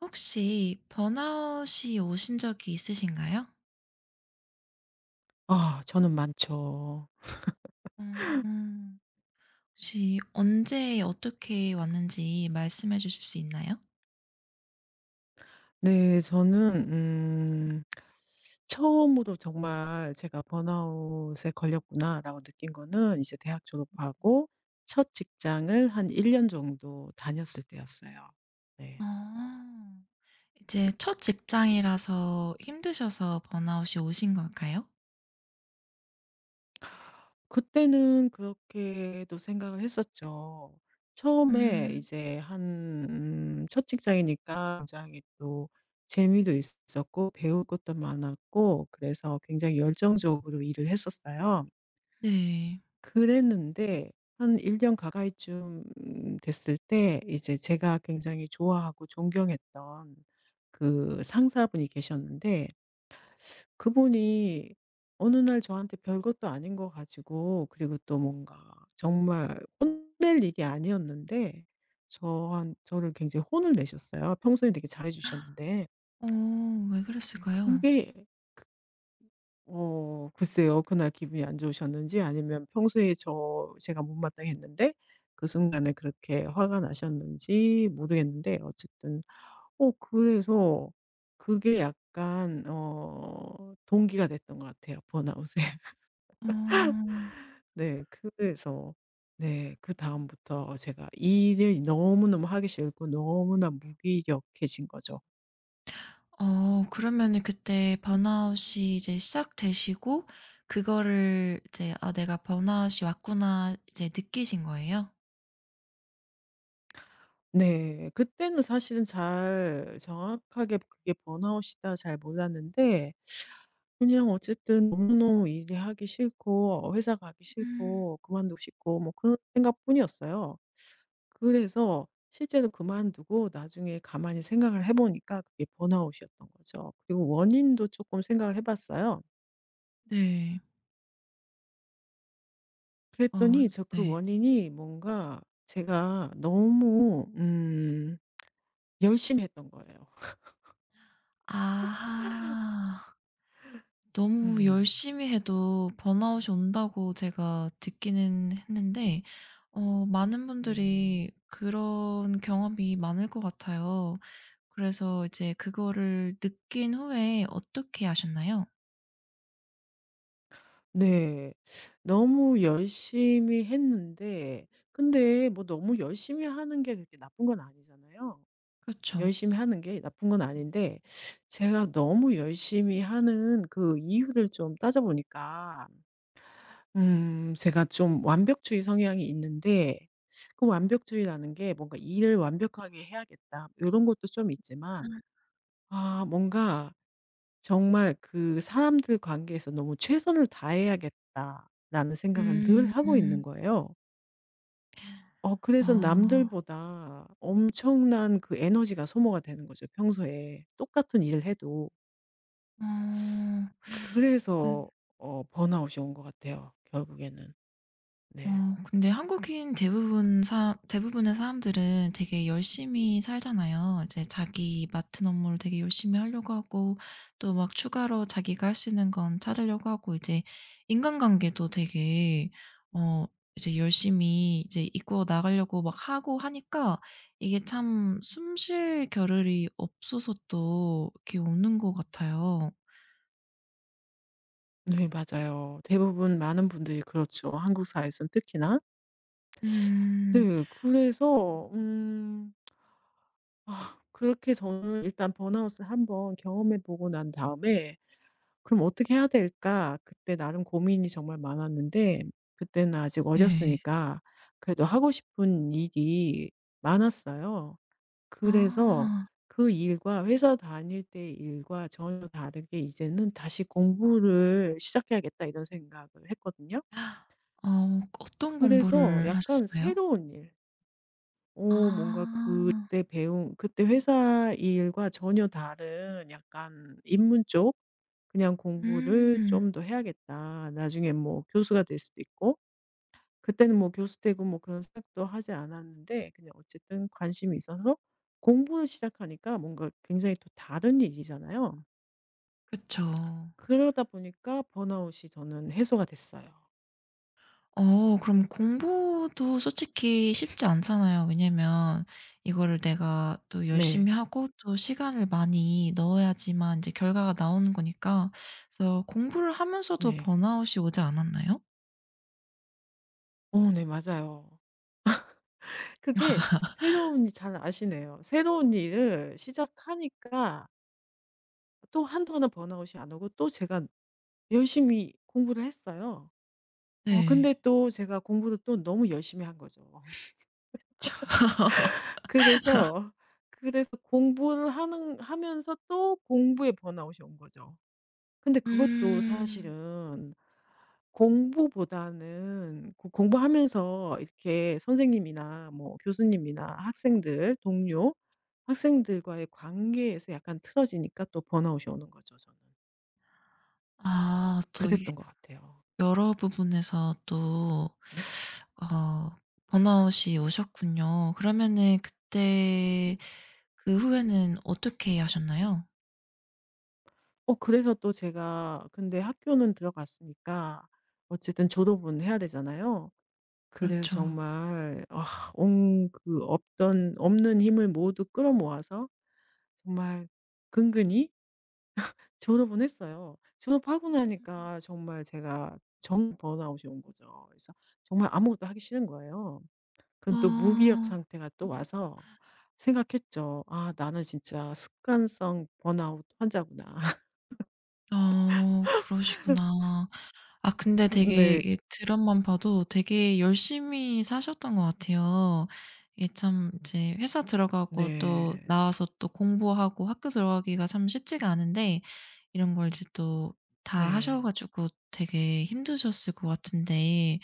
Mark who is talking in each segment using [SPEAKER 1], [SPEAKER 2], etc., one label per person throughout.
[SPEAKER 1] 혹시 번아웃이 오신 적이 있으신가요?
[SPEAKER 2] 아 저는 많죠.
[SPEAKER 1] 음. 혹시 언제 어떻게 왔는지 말씀해 주실 수 있나요?
[SPEAKER 2] 네 저는 처음으로 정말 제가 '번아웃에 걸렸구나.'라고 느낀 거는 이제 대학 졸업하고 첫 직장을 한 1년 정도 다녔을 때였어요. 네.
[SPEAKER 1] 아. 이제 첫 직장이라서 힘드셔서 번아웃이 오신 걸까요?
[SPEAKER 2] 그때는 그렇게도 생각을 했었죠. 처음에
[SPEAKER 1] 음.
[SPEAKER 2] 이제 한 첫 직장이니까 굉장히 또 재미도 있었고 배울 것도 많았고 그래서 굉장히 열정적으로 일을 했었어요.
[SPEAKER 1] 네.
[SPEAKER 2] 그랬는데 한 1년 가까이쯤 됐을 때 이제 제가 굉장히 좋아하고 존경했던 그 상사분이 계셨는데 그분이 어느 날 저한테 별것도 아닌 거 가지고 그리고 또 뭔가 정말 혼낼 일이 아니었는데 저한 저를 굉장히 혼을 내셨어요. 평소에 되게 잘해 주셨는데
[SPEAKER 1] 어 왜 그랬을까요?
[SPEAKER 2] 그게 글쎄요. 그날 기분이 안 좋으셨는지 아니면 평소에 제가 못마땅했는데 그 순간에 그렇게 화가 나셨는지 모르겠는데 어쨌든 그래서 그게 약간 동기가 됐던 것 같아요, 번아웃에.
[SPEAKER 1] 어.
[SPEAKER 2] 네. 그래서 네 그다음부터 제가 일을 너무너무 하기 싫고 너무나 무기력해진 거죠.
[SPEAKER 1] 그러면은 그때 번아웃이 이제 시작되시고 그거를 이제 '아 내가 번아웃이 왔구나.' 이제 느끼신 거예요?
[SPEAKER 2] 네. 그때는 사실은 잘 정확하게 그게 번아웃이다 잘 몰랐는데 그냥 어쨌든 너무너무 일이 하기 싫고 회사 가기
[SPEAKER 1] 음.
[SPEAKER 2] 싫고 그만두고 싶고 뭐 그런 생각뿐이었어요. 그래서 실제로 그만두고 나중에 가만히 생각을 해 보니까 그게 번아웃이었던 거죠. 그리고 원인도 조금 생각을 해 봤어요.
[SPEAKER 1] 네. 어
[SPEAKER 2] 그랬더니 그
[SPEAKER 1] 네.
[SPEAKER 2] 원인이 뭔가 제가 너무 열심히 했던 거예요.
[SPEAKER 1] 아하. 너무
[SPEAKER 2] 음.
[SPEAKER 1] 열심히 해도 번아웃이 온다고 제가 듣기는 했는데 많은
[SPEAKER 2] 음.
[SPEAKER 1] 분들이 그런 경험이 많을 것 같아요. 그래서 이제 그거를 느낀 후에 어떻게 하셨나요?
[SPEAKER 2] 네. 너무 열심히 했는데 근데 뭐 너무 열심히 하는 게 그렇게 나쁜 건 아니잖아요.
[SPEAKER 1] 그렇죠.
[SPEAKER 2] 열심히 하는 게 나쁜 건 아닌데 제가 너무 열심히 하는 그 이유를 좀 따져보니까 제가 좀 완벽주의 성향이 있는데 그 완벽주의라는 게 뭔가 '일을 완벽하게 해야겠다.' 이런 것도 좀 있지만
[SPEAKER 1] 아.
[SPEAKER 2] 아 뭔가 정말 그 '사람들 관계에서 너무 최선을 다해야겠다.'라는 생각을 늘 하고
[SPEAKER 1] 음.
[SPEAKER 2] 있는 거예요. 그래서
[SPEAKER 1] 아.
[SPEAKER 2] 남들보다 엄청난 그 에너지가 소모가 되는 거죠 평소에 똑같은 일을 해도.
[SPEAKER 1] 어. 그
[SPEAKER 2] 그래서 번아웃이 온 것 같아요 결국에는.
[SPEAKER 1] 어
[SPEAKER 2] 네.
[SPEAKER 1] 근데 한국인 대부분 사 대부분의 사람들은 되게 열심히 살잖아요. 이제 자기 맡은 업무를 되게 열심히 하려고 하고 또 막 추가로 자기가 할 수 있는 건 찾으려고 하고 이제 인간관계도 되게 어 이제 열심히 이제 이끌어 나가려고 막 하고 하니까 이게 참 숨쉴 겨를이 없어서 또 이렇게 오는 것 같아요.
[SPEAKER 2] 네 맞아요. 대부분 많은 분들이 그렇죠 한국 사회에서는 특히나.
[SPEAKER 1] 음.
[SPEAKER 2] 네. 그래서 아 그렇게 저는 일단 번아웃을 한번 경험해 보고 난 다음에 '그럼 어떻게 해야 될까?' 그때 나름 고민이 정말 많았는데 그때는 아직
[SPEAKER 1] 네.
[SPEAKER 2] 어렸으니까 그래도 하고 싶은 일이 많았어요. 그래서
[SPEAKER 1] 아.
[SPEAKER 2] 그 일과 회사 다닐 때 일과 전혀 다르게 이제는 '다시 공부를 시작해야겠다.' 이런 생각을 했거든요.
[SPEAKER 1] 어떤
[SPEAKER 2] 그래서
[SPEAKER 1] 공부를
[SPEAKER 2] 약간
[SPEAKER 1] 하셨어요?
[SPEAKER 2] 새로운 일 오 뭔가
[SPEAKER 1] 아.
[SPEAKER 2] 그때 배운 그때 회사 일과 전혀 다른 약간 입문쪽 '그냥 공부를
[SPEAKER 1] 음.
[SPEAKER 2] 좀 더 해야겠다. 나중에 뭐 교수가 될 수도 있고.' 그때는 뭐 교수 되고 뭐 그런 생각도 하지 않았는데 그냥 어쨌든 관심이 있어서 공부를 시작하니까 뭔가 굉장히 또 다른 일이잖아요.
[SPEAKER 1] 그쵸.
[SPEAKER 2] 그러다 보니까 번아웃이 저는 해소가 됐어요.
[SPEAKER 1] 그럼 공부도 솔직히 쉽지 않잖아요. 왜냐면 이거를 내가 또
[SPEAKER 2] 네.
[SPEAKER 1] 열심히 하고 또 시간을 많이 넣어야지만 이제 결과가 나오는 거니까 그래서 공부를 하면서도
[SPEAKER 2] 네.
[SPEAKER 1] 번아웃이 오지 않았나요?
[SPEAKER 2] 네 맞아요. 그게 새로운 일 잘 아시네요. 새로운 일을 시작하니까 또 한동안은 번아웃이 안 오고 또 제가 열심히 공부를 했어요. 근데
[SPEAKER 1] 네.
[SPEAKER 2] 또 제가 공부를 또 너무 열심히 한 거죠.
[SPEAKER 1] 저
[SPEAKER 2] 그래서, 그래서 공부를 하는 하면서 또 공부에 번아웃이 온 거죠. 근데 그것도
[SPEAKER 1] 음.
[SPEAKER 2] 사실은 공부보다는 공부하면서 이렇게 선생님이나 뭐 교수님이나 학생들, 동료, 학생들과의 관계에서 약간 틀어지니까 또 번아웃이 오는 거죠, 저는.
[SPEAKER 1] 아또
[SPEAKER 2] 그랬던 것 같아요.
[SPEAKER 1] 여러 부분에서 또 어 번아웃이 오셨군요. 그러면은 그때
[SPEAKER 2] 음.
[SPEAKER 1] 그 후에는 어떻게 하셨나요?
[SPEAKER 2] 그래서 또 제가 근데 학교는 들어갔으니까 어쨌든 졸업은 해야 되잖아요. 그래서
[SPEAKER 1] 그렇죠.
[SPEAKER 2] 정말 아 온 그 없던 없는 힘을 모두 끌어모아서 정말 근근히 졸업은 했어요. 졸업하고
[SPEAKER 1] 음. 음.
[SPEAKER 2] 나니까 정말 제가 정 번아웃이 온 거죠. 그래서 정말 아무것도 하기 싫은 거예요. 그럼 또 무기력
[SPEAKER 1] 아.
[SPEAKER 2] 상태가 또 와서 생각했죠. '아 나는 진짜 습관성 번아웃 환자구나.'
[SPEAKER 1] 아 그러시구나. 아 근데 되게
[SPEAKER 2] 네.
[SPEAKER 1] 이 드럼만 봐도 되게 열심히 사셨던 것 같아요. 이게 참 이제 회사 들어가고 또
[SPEAKER 2] 네.
[SPEAKER 1] 나와서 또 공부하고 학교 들어가기가 참 쉽지가 않은데 이런 걸 이제 또 다
[SPEAKER 2] 네.
[SPEAKER 1] 하셔 가지고 되게 힘드셨을 것 같은데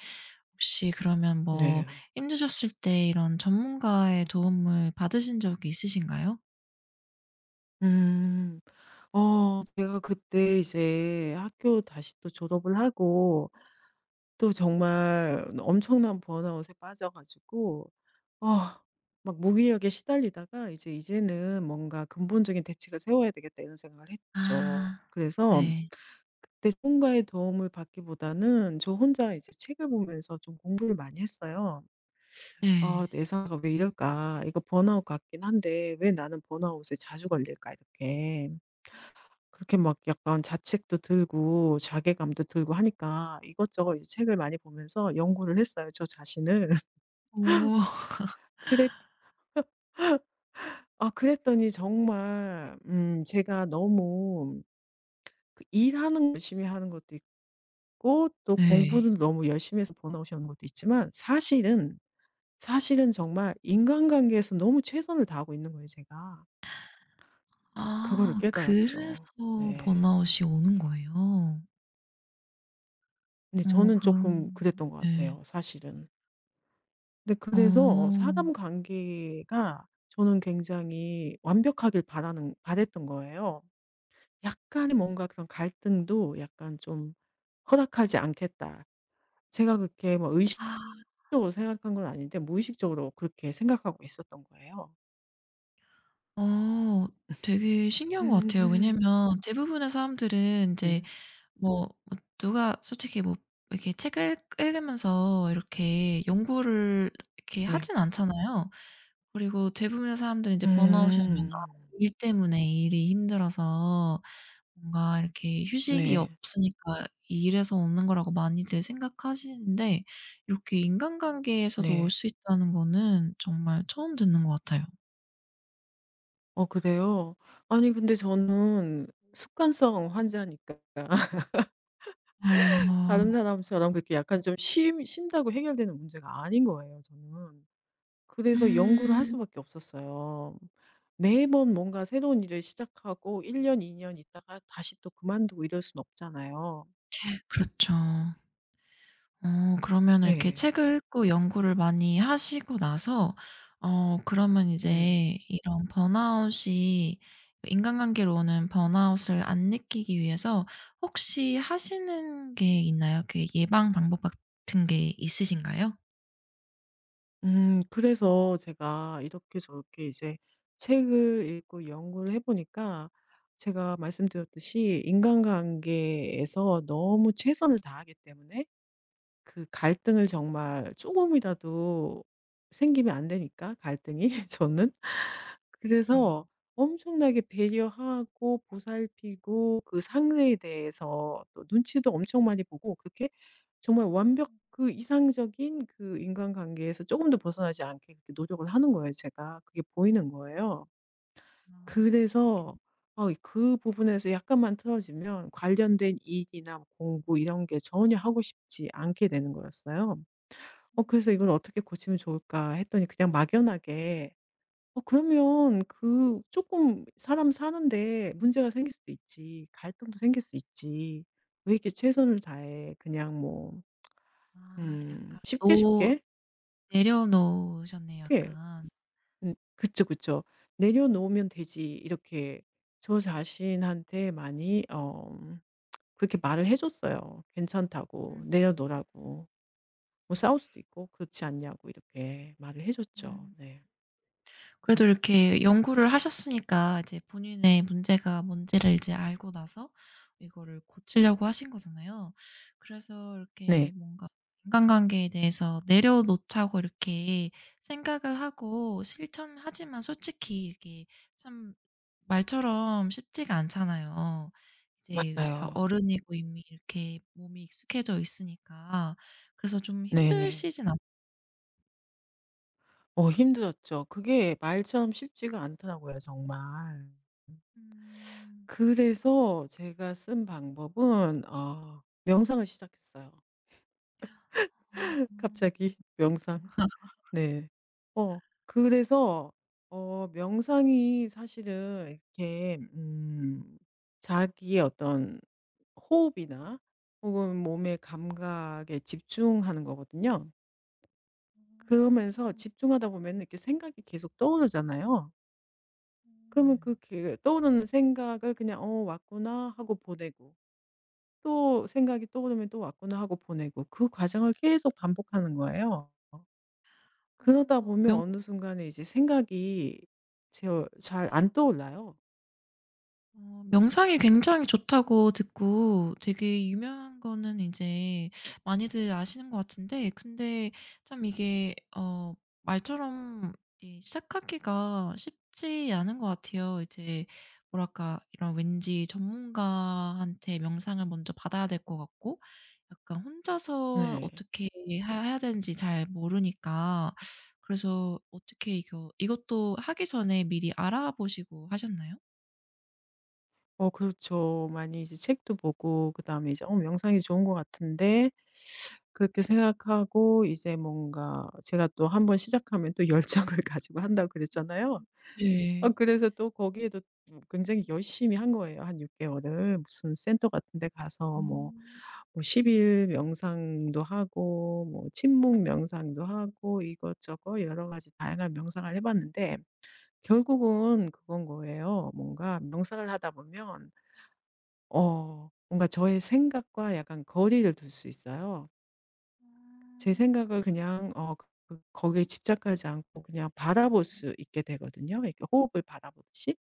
[SPEAKER 1] 혹시 그러면 뭐
[SPEAKER 2] 네.
[SPEAKER 1] 힘드셨을 때 이런 전문가의 도움을 받으신 적이 있으신가요?
[SPEAKER 2] 음. 제가 그때 이제 학교 다시 또 졸업을 하고 또 정말 엄청난 번아웃에 빠져 가지고 아 막 무기력에 시달리다가 이제 '이제는 뭔가 근본적인 대책을 세워야 되겠다.' 이런 생각을 했죠.
[SPEAKER 1] 아.
[SPEAKER 2] 그래서
[SPEAKER 1] 네.
[SPEAKER 2] 누군가의 도움을 받기보다는 저 혼자 이제 책을 보면서 좀 공부를 많이 했어요. '아
[SPEAKER 1] 네.
[SPEAKER 2] 내 상사가 왜 이럴까? 이거 번아웃 같긴 한데 왜 나는 번아웃에 자주 걸릴까?' 이렇게. 그렇게 막 약간 자책도 들고 자괴감도 들고 하니까 이것저것 이제 책을 많이 보면서 연구를 했어요, 저 자신을.
[SPEAKER 1] 오.
[SPEAKER 2] 그랬 아 그랬더니 정말 제가 너무 그 일하는 거 열심히 하는 것도 있고 또
[SPEAKER 1] 네.
[SPEAKER 2] 공부도 너무 열심히 해서 번아웃이 오는 것도 있지만 사실은, 정말 인간관계에서 너무 최선을 다하고 있는 거예요, 제가. 그거를
[SPEAKER 1] 아 그래서
[SPEAKER 2] 깨달았죠. 네.
[SPEAKER 1] 번아웃이 오는 거예요?
[SPEAKER 2] 근데 저는
[SPEAKER 1] 그럼
[SPEAKER 2] 조금 그랬던 것
[SPEAKER 1] 네.
[SPEAKER 2] 같아요, 사실은. 근데 그래서
[SPEAKER 1] 어.
[SPEAKER 2] 사람 관계가 저는 굉장히 완벽하길 바라는 바랬던 거예요. 약간의 뭔가 그런 갈등도 약간 좀 '허락하지 않겠다.' 제가 그렇게 뭐
[SPEAKER 1] 아.
[SPEAKER 2] 의식적으로 생각한 건 아닌데 무의식적으로 그렇게 생각하고 있었던 거예요.
[SPEAKER 1] 어 되게 신기한 것 같아요.
[SPEAKER 2] 음.
[SPEAKER 1] 왜냐면 대부분의 사람들은 이제
[SPEAKER 2] 음
[SPEAKER 1] 뭐 뭐 누가 솔직히 뭐 이렇게 책을 읽으면서 이렇게 연구를 이렇게
[SPEAKER 2] 네.
[SPEAKER 1] 하진 않잖아요. 그리고 대부분의 사람들이 제 번아웃이 오면
[SPEAKER 2] 음.
[SPEAKER 1] 아 일 때문에 일이 힘들어서 뭔가 이렇게 휴식이
[SPEAKER 2] 네.
[SPEAKER 1] 없으니까 이 일에서 오는 거라고 많이들 생각하시는데 이렇게 인간관계에서도 올
[SPEAKER 2] 네.
[SPEAKER 1] 수 있다는 거는 정말 처음 듣는 것 같아요.
[SPEAKER 2] 어 그래요? 아니 근데 저는 습관성 환자니까. 다른
[SPEAKER 1] 어.
[SPEAKER 2] 사람처럼 그렇게 약간 좀 쉼 쉰다고 해결되는 문제가 아닌 거예요 저는. 그래서 연구를 할
[SPEAKER 1] 음.
[SPEAKER 2] 수밖에 없었어요. 매번 뭔가 새로운 일을 시작하고 1년, 2년 있다가 다시 또 그만두고 이럴 순 없잖아요.
[SPEAKER 1] 그렇죠. 그러면 이렇게
[SPEAKER 2] 네.
[SPEAKER 1] 책을 읽고 연구를 많이 하시고 나서 그러면
[SPEAKER 2] 네.
[SPEAKER 1] 이제 이런 번아웃이 인간관계로 오는 번아웃을 안 느끼기 위해서 혹시 하시는 게 있나요? 그 예방 방법 같은 게 있으신가요?
[SPEAKER 2] 그래서 제가 이렇게 저렇게 이제 책을 읽고 연구를 해 보니까 제가 말씀드렸듯이 인간관계에서 너무 최선을 다하기 때문에 그 갈등을 정말 조금이라도 생기면 안 되니까 갈등이 저는. 그래서
[SPEAKER 1] 저
[SPEAKER 2] 엄청나게 배려하고 보살피고 그 상대에 대해서 또 눈치도 엄청 많이 보고 그렇게 정말 완벽 그 이상적인 그 인간관계에서 조금도 벗어나지 않게 그렇게 노력을 하는 거예요 제가. 그게 보이는 거예요.
[SPEAKER 1] 아 그럴 수도 있겠네.
[SPEAKER 2] 그래서 그 부분에서 약간만 틀어지면 관련된 일이나 공부 이런 게 전혀 하고 싶지 않게 되는 거였어요. 그래서
[SPEAKER 1] 음.
[SPEAKER 2] '이걸 어떻게 고치면 좋을까?' 했더니 그냥 막연하게 "어 그러면 그 조금 사람 사는데 문제가 생길 수도 있지. 갈등도 생길 수 있지. 왜 이렇게 최선을 다해 그냥 뭐
[SPEAKER 1] 아 약간
[SPEAKER 2] 쉽게
[SPEAKER 1] 놓
[SPEAKER 2] 쉽게
[SPEAKER 1] 내려놓으셨네요
[SPEAKER 2] 그렇게
[SPEAKER 1] 약간.
[SPEAKER 2] 그쵸, 그쵸. 내려놓으면 되지." 이렇게 저 자신한테 많이 그렇게 말을 해 줬어요. 괜찮다고
[SPEAKER 1] 음.
[SPEAKER 2] 내려놓으라고 뭐 싸울 수도 있고 그렇지 않냐고 이렇게 말을 해 줬죠.
[SPEAKER 1] 음.
[SPEAKER 2] 네.
[SPEAKER 1] 그래도 이렇게 연구를 하셨으니까 이제 본인의 문제가 뭔지를 이제 알고 나서 이거를 고치려고 하신 거잖아요. 그래서 이렇게
[SPEAKER 2] 네.
[SPEAKER 1] 뭔가 인간관계에 대해서 내려놓자고 이렇게 생각을 하고 실천하지만 솔직히 이렇게 참 말처럼 쉽지가 않잖아요. 이제 다
[SPEAKER 2] 맞아요.
[SPEAKER 1] 어른이고 이미 이렇게 몸이 익숙해져 있으니까. 그래서 좀
[SPEAKER 2] 네네.
[SPEAKER 1] 힘드시진 않
[SPEAKER 2] 어 힘들었죠. 그게 말처럼 쉽지가 않더라고요 정말.
[SPEAKER 1] 음.
[SPEAKER 2] 그래서 제가 쓴 방법은 명상을 시작했어요.
[SPEAKER 1] 어. 음.
[SPEAKER 2] 갑자기 명상. 네. 어 그래서 명상이 사실은 이렇게 자기의 어떤 호흡이나 혹은 몸의 감각에 집중하는 거거든요. 그러면서 집중하다 보면 이렇게 생각이 계속 떠오르잖아요.
[SPEAKER 1] 네.
[SPEAKER 2] 그러면 그 떠오르는 생각을 그냥 '어 왔구나.' 하고 보내고 또 생각이 떠오르면 또 '왔구나.' 하고 보내고 그 과정을 계속 반복하는 거예요. 그러다 보면
[SPEAKER 1] 어.
[SPEAKER 2] 어느 순간에 이제 생각이 잘 안 떠올라요.
[SPEAKER 1] 명상이 굉장히 좋다고 듣고 되게 유명한 거는 이제 많이들 아시는 것 같은데 근데 참 이게 말처럼 이 시작하기가 쉽지 않은 것 같아요. 이제 뭐랄까 이런 왠지 전문가한테 명상을 먼저 받아야 될 것 같고 약간 혼자서
[SPEAKER 2] 네.
[SPEAKER 1] 어떻게 해야 되는지 잘 모르니까 그래서 어떻게 이거 이것도 하기 전에 미리 알아보시고 하셨나요?
[SPEAKER 2] 어 그렇죠. 많이 이제 책도 보고 그다음에 이제 '어 명상이 좋은 것 같은데.' 그렇게 생각하고 이제 뭔가 제가 또 한번 시작하면 또 열정을 가지고 한다고 그랬잖아요.
[SPEAKER 1] 음. 네.
[SPEAKER 2] 그래서 또 거기에도 굉장히 열심히 한 거예요. 한 6 개월을 무슨 센터 같은 데 가서 뭐 뭐 10
[SPEAKER 1] 음.
[SPEAKER 2] 일 명상도 하고 뭐 침묵 명상도 하고 이것저것 여러 가지 다양한 명상을 해 봤는데 결국은 그건 거예요. 뭔가 명상을 하다 보면 뭔가 저의 생각과 약간 거리를 둘 수 있어요. 제
[SPEAKER 1] 아.
[SPEAKER 2] 생각을 그냥 그 거기에 집착하지 않고 그냥 바라볼 수 있게 되거든요. 이렇게 호흡을 바라보듯이.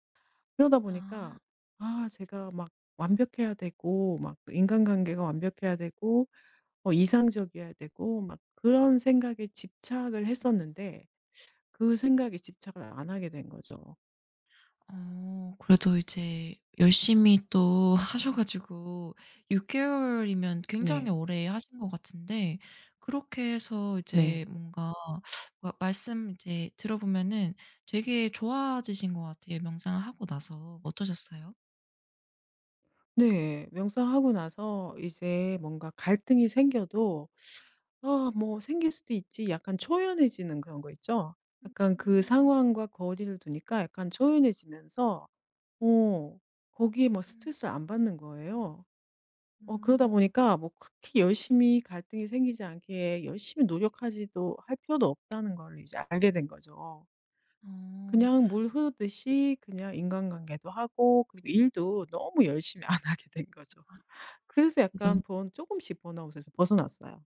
[SPEAKER 2] 그러다
[SPEAKER 1] 아.
[SPEAKER 2] 보니까 아 제가 막 완벽해야 되고 막 인간관계가 완벽해야 되고 뭐 이상적이어야 되고 막 그런 생각에 집착을 했었는데 그 생각에 집착을 안 하게 된 거죠.
[SPEAKER 1] 그래도 이제 열심히 또 하셔 가지고 6 개월이면 굉장히
[SPEAKER 2] 네.
[SPEAKER 1] 오래 하신 것 같은데 그렇게 해서
[SPEAKER 2] 네.
[SPEAKER 1] 이제 뭔가 마 말씀 이제 들어보면은 되게 좋아지신 것 같아요, 명상을 하고 나서. 어떠셨어요?
[SPEAKER 2] 네. 명상하고 나서 이제 뭔가 갈등이 생겨도 '아 뭐 생길 수도 있지.' 약간 초연해지는 그런 거 있죠. 약간 그
[SPEAKER 1] 음.
[SPEAKER 2] 상황과 거리를 두니까 약간 초연해지면서 어 거기에 뭐 스트레스를 안 받는 거예요. 그러다
[SPEAKER 1] 음.
[SPEAKER 2] 보니까 뭐 그렇게 열심히 갈등이 생기지 않게 열심히 노력하지도 할 필요도 없다는 걸 이제 알게 된 거죠.
[SPEAKER 1] 어.
[SPEAKER 2] 그냥 물 흐르듯이 그냥 인간관계도 하고 그리고 일도 너무 열심히 안 하게 된 거죠. 그래서 약간
[SPEAKER 1] 어.
[SPEAKER 2] 번 조금씩 번아웃에서 벗어났어요.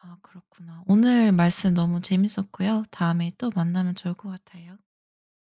[SPEAKER 1] 아 그렇구나. 오늘 말씀 너무 재밌었고요. 다음에 또 만나면 좋을 것 같아요.